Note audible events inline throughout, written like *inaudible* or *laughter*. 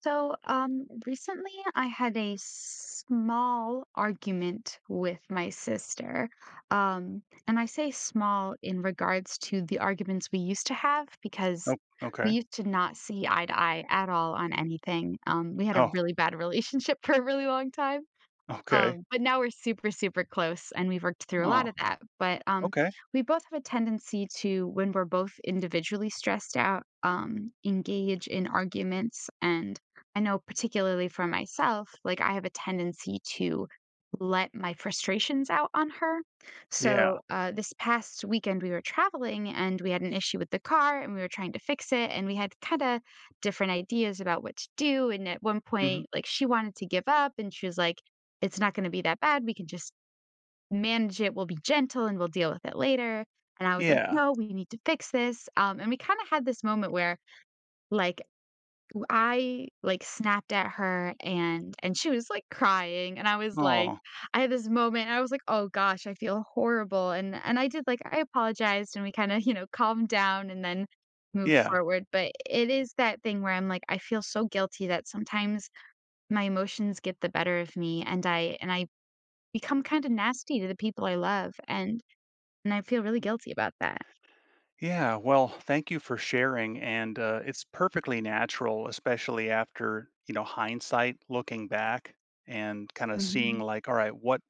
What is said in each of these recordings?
So, recently I had a small argument with my sister. Um, and I say small in regards to the arguments we used to have because Oh, okay. we used to not see eye to eye at all on anything. We had a Oh, really bad relationship *laughs* for a really long time. okay. But now we're super, super close and we've worked through a lot Oh, of that. But okay. we both have a tendency to, when we're both individually stressed out, engage in arguments. And I know, particularly for myself, like I have a tendency to let my frustrations out on her. Yeah. So this past weekend, we were traveling and we had an issue with the car and we were trying to fix it. And we had kind of different ideas about what to do. And at one Mhm. point, like she wanted to give up and she was like, it's not gonna be that bad, we can just manage it, we'll be gentle and we'll deal with it later. And I was like, Yeah. "No, we need to fix this." And we kinda had this moment where, like, w I, like, snapped at her and she was, like, crying, and I was like Oh, I had this moment, I was like, "Oh gosh, I feel horrible." And I did, like I apologized and we kinda, calmed down and then moved yeah. forward, but it is that thing where I'm like, I feel so guilty that sometimes my emotions get the better of me and I become kind of nasty to the people I love, and I feel really guilty about that. Yeah. Well, thank you for sharing. And it's perfectly natural, especially after, hindsight looking back and kind of seeing Mhm, like, all right, what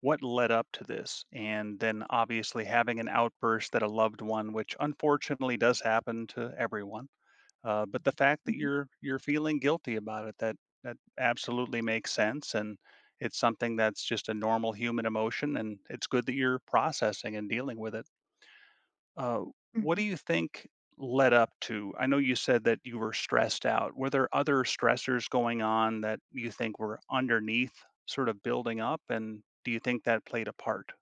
what led up to this? And then obviously having an outburst at a loved one, which unfortunately does happen to everyone. But the fact that mhm. you're feeling guilty about it, that absolutely makes sense, and it's something that's just a normal human emotion, and it's good that you're processing and dealing with it. Uh, what do Mhm. you think led up to? I know you said that you were stressed out. Were there other stressors going on that you think were underneath, sort of building up, and do you think that played a part?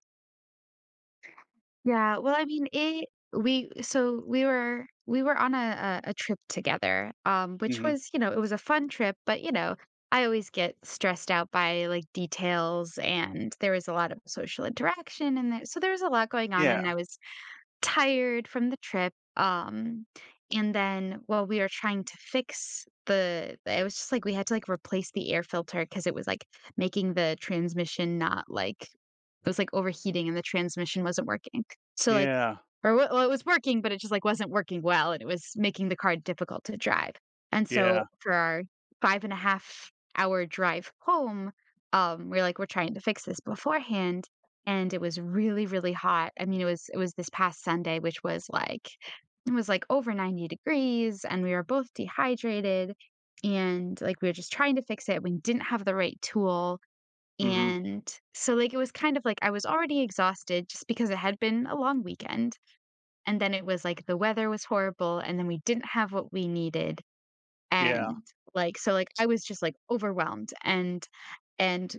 Yeah, well, I mean, it we so we were on a trip together, which hmm was, you know, it was a fun trip, but, you know, I always get stressed out by, like, details, and there was a lot of social interaction, and there so there was a lot going on, and Yeah, I was tired from the trip, and then while we were trying to fix the it was just, like, we had to, like, replace the air filter because it was, like, making the transmission not, like it was, like, overheating and the transmission wasn't working. So, like yeah, well, it was working, but it just like wasn't working well, and it was making the car difficult to drive. And so yeah, for our five and a half hour drive home, we're like, we're trying to fix this beforehand. And it was really, really hot. I mean, it was this past Sunday, which was like it was like over 90 degrees, and we were both dehydrated, and like we were just trying to fix it. We didn't have the right tool. hmm And so like it was kind of like I was already exhausted just because it had been a long weekend and then it was like the weather was horrible, and then we didn't have what we needed, yeah, and, like so, like, I was just, like, overwhelmed, and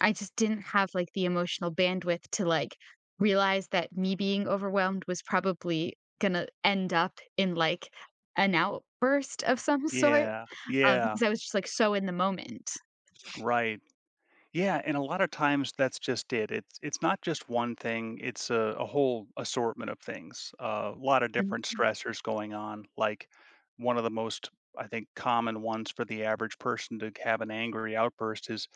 I just didn't have, like, the emotional bandwidth to, like, realize that me being overwhelmed was probably gonna end up in, like, an outburst of some *laughs* sort, yeah, yeah. because I was just, like, so in the moment. Right. Yeah, and a lot of times that's just it. It's not just one thing. It's a whole assortment of things. A lot of different Mhm, stressors going on. Like one of the most, I think, common ones for the average person to have an angry outburst is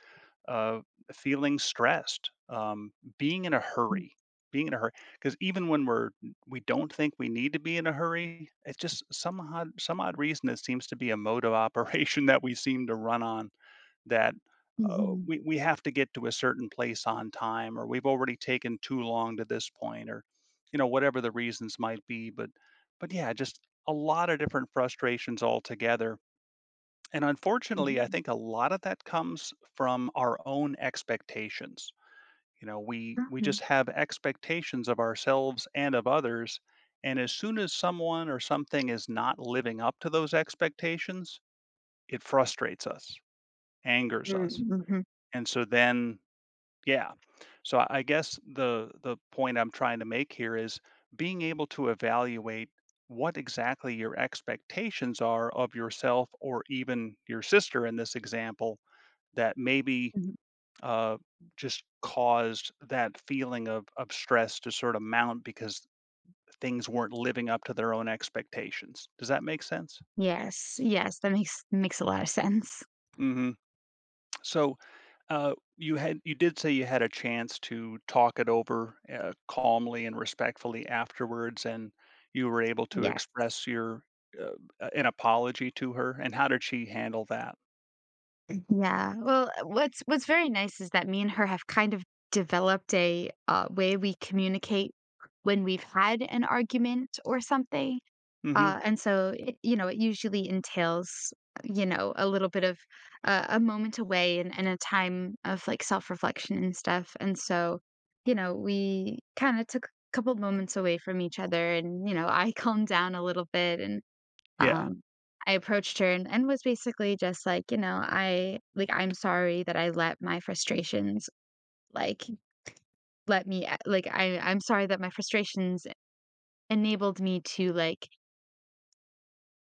uh, feeling stressed, being in a hurry, being in a hurry. Because even when we're, we don't think we need to be in a hurry, it's just some odd reason it seems to be a mode of operation *laughs* that we seem to run on that mhm, we have to get to a certain place on time, or we've already taken too long to this point, or you know whatever the reasons might be. But yeah, just a lot of different frustrations altogether. And mhm, unfortunately, I mhm, think a lot of that comes from our own expectations. You know, we mhm, just have expectations of ourselves and of others, and as soon as someone or something is not living up to those expectations, it frustrates us, angers mm, us. mhm, And so then yeah. So I guess the point I'm trying to make here is being able to evaluate what exactly your expectations are of yourself or even your sister in this example that maybe mhm. uh, just caused that feeling of stress to sort of mount because things weren't living up to their own expectations. Does that make sense? Yes, yes, that makes makes a lot of sense. hmm So you had, you did say you had a chance to talk it over, calmly and respectfully afterwards, and you were able to Yes. express your, uh, an apology to her, and how did she handle that? Yeah. Well, what's very nice is that me and her have kind of developed a way we communicate when we've had an argument or something. Mhm. And so, it, you know, it usually entails, you know, a little bit of a moment away and a time of like self reflection and stuff. And so, you know, we kind of took a couple moments away from each other and, you know, I *laughs* calmed down a little bit and Yeah. um, I approached her and was basically just like, you know, I like, "I'm sorry that I let my frustrations, like, let me a like, I I'm sorry that my frustrations enabled me to, like,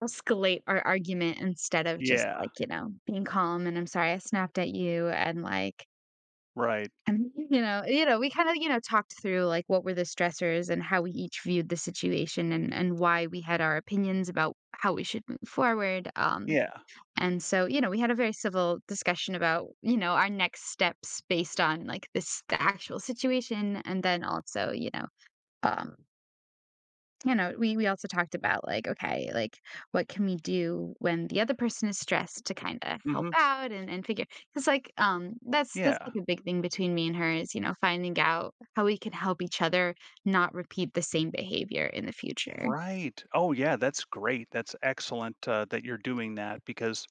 escalate our argument instead of just, Yeah. like, you know, being calm, and I'm sorry I snapped at you," and, like, Right. I'm *laughs* you know, we kinda, you know, talked through, like, what were the stressors and how we each viewed the situation and why we had our opinions about how we should move forward, um. Yeah. And so, you know, we had a very civil discussion about, you know, our next steps based on like this the actual situation. And then also, um, you know, we also talked about like, okay, like what can we do when the other person is stressed to kind of help Mhm. out and figure because like that's Yeah. like a big thing between me and her is, you know, finding out how we can help each other not repeat the same behavior in the future. Right. Oh, yeah, that's great. That's excellent, that you're doing that because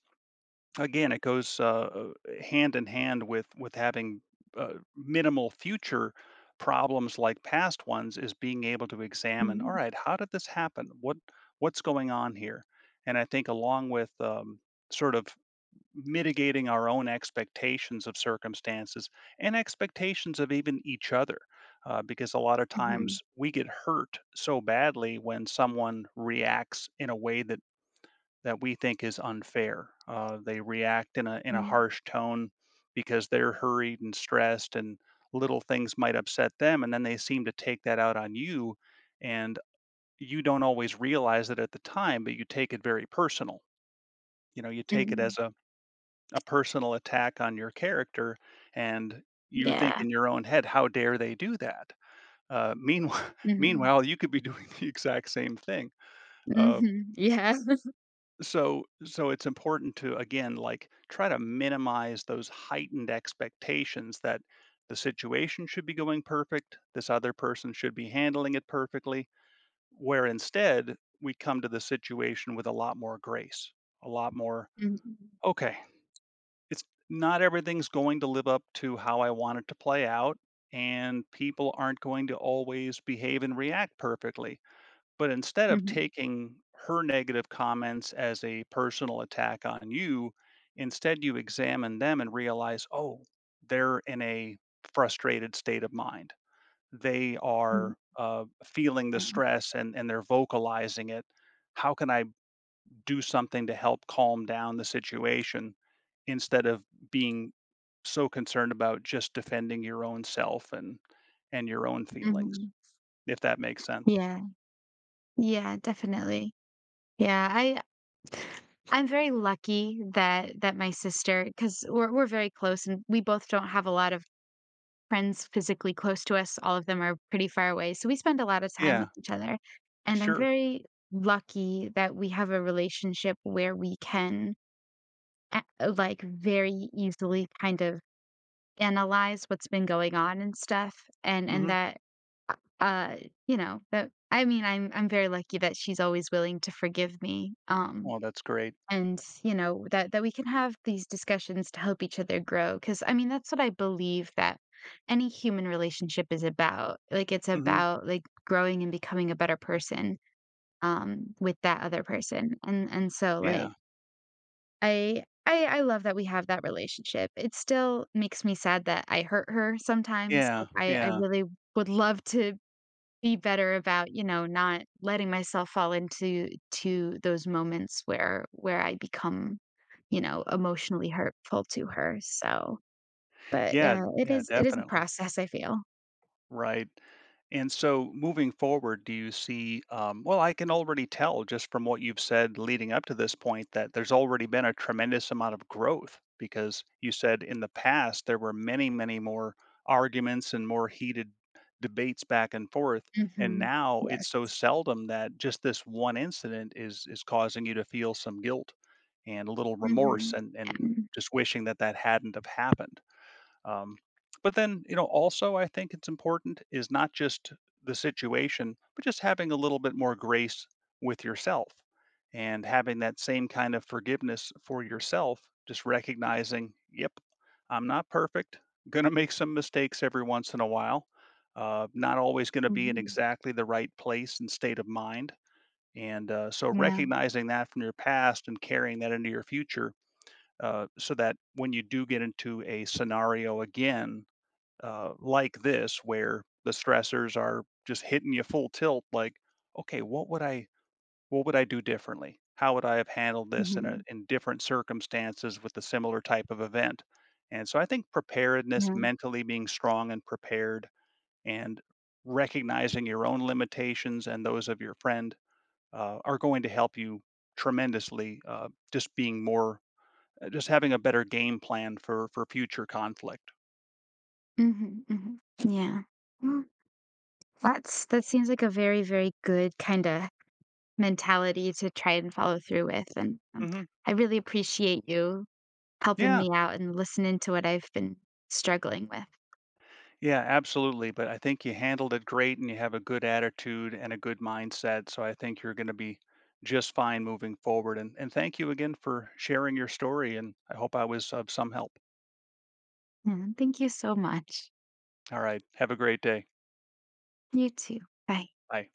again, it goes, hand in hand with having, minimal future problems like past ones is being able to examine, "All Mhm, right, how did this happen? What what's going on here?" And I think along with, sort of mitigating our own expectations of circumstances and expectations of even each other, because a lot of mhm, times we get hurt so badly when someone reacts in a way that that we think is unfair. They react in a mm, harsh tone because they're hurried and stressed, and little things might upset them, and then they seem to take that out on you, and you don't always realize it at the time, but you take it very personal. You know, you take it mm. as a personal attack on your character, and you think Yeah. in your own head, "How dare they do that?" Meanwhile, *laughs* Mm-hmm. meanwhile, you could be *laughs* doing the exact same thing. Um, Mm-hmm. *laughs* Yeah. so so it's important to again, like, try to minimize those heightened expectations that the situation should be going perfect, this other person should be handling it perfectly, where instead we come to the situation with a lot more grace, a lot more Mhm, okay, it's not everything's going to live up to how I want it to play out, and people aren't going to always behave and react perfectly, but instead of mhm, taking her negative comments as a personal attack on you, instead you examine them and realize, oh, they're in a frustrated state of mind. They mhm, are feeling the yeah, stress and they're vocalizing it. How can I do something to help calm down the situation instead of being so concerned about just defending your own self and your own feelings, mhm, if that makes sense? yeah, yeah, definitely. Yeah, I'm very lucky that that my sister, because we're very close and we both don't have a lot of friends physically close to us, all of them are pretty far away, so we spend a lot of time with Yeah, each other, and I'm sure. very lucky that we have a relationship where we can, a like, very easily kind of analyze what's been going on and stuff, and hmm that, uh, you know, that I mean, I'm very lucky that she's always willing to forgive me, Well, that's great. and, you know, that that we can have these discussions to help each other grow because I mean, that's what I believe that any human relationship is about, like, it's Mhm. about, like, growing and becoming a better person, with that other person, and so, like, Yeah, I love that we have that relationship. It still makes me sad that I hurt her sometimes, yeah, like, I yeah. really would love to be better about, you know, not letting myself fall into to those moments where I become, you know, emotionally hurtful to her, so but, Yeah, yeah, it yeah, is it is a definitely. process, I feel. Right. And so moving forward, do you see, well, I can already tell just from what you've said leading up to this point that there's already been a tremendous amount of growth, because you said in the past there were many, many more arguments and more heated debates back and forth. And Mhm. now it's Yes. so seldom that just this one incident is causing you to feel some guilt and a little remorse Mhm. And Yeah. just wishing that that hadn't have happened. Um, but then, you know, also I think it's important is not just the situation, but just having a little bit more grace with yourself and having that same kind of forgiveness for yourself, just recognizing, yep, I'm not perfect, gonna make some mistakes every once in a while, not always gonna be in Mhm. exactly the right place and state of mind, and so Yeah. recognizing that from your past and carrying that into your future, so that when you do get into a scenario again, like this, where the stressors are just hitting you full tilt, like, okay, what would I do differently? How would I have handled this in a, Mhm. in different circumstances with a similar type of event? And so I think preparedness, Yeah. mentally being strong and prepared and recognizing your own limitations and those of your friend, are going to help you tremendously. Just having a better game plan for future conflict. Mhm. Mhm. Yeah. That seems like a very, very good kinda mentality to try and follow through with, and, hmm I really appreciate you helping Yeah, me out and listening to what I've been struggling with. yeah, absolutely. But I think you handled it great, and you have a good attitude and a good mindset. So I think you're going to be just fine moving forward. And thank you again for sharing your story. And I hope I was of some help. And thank you so much. All right, have a great day. You too. Bye. Bye.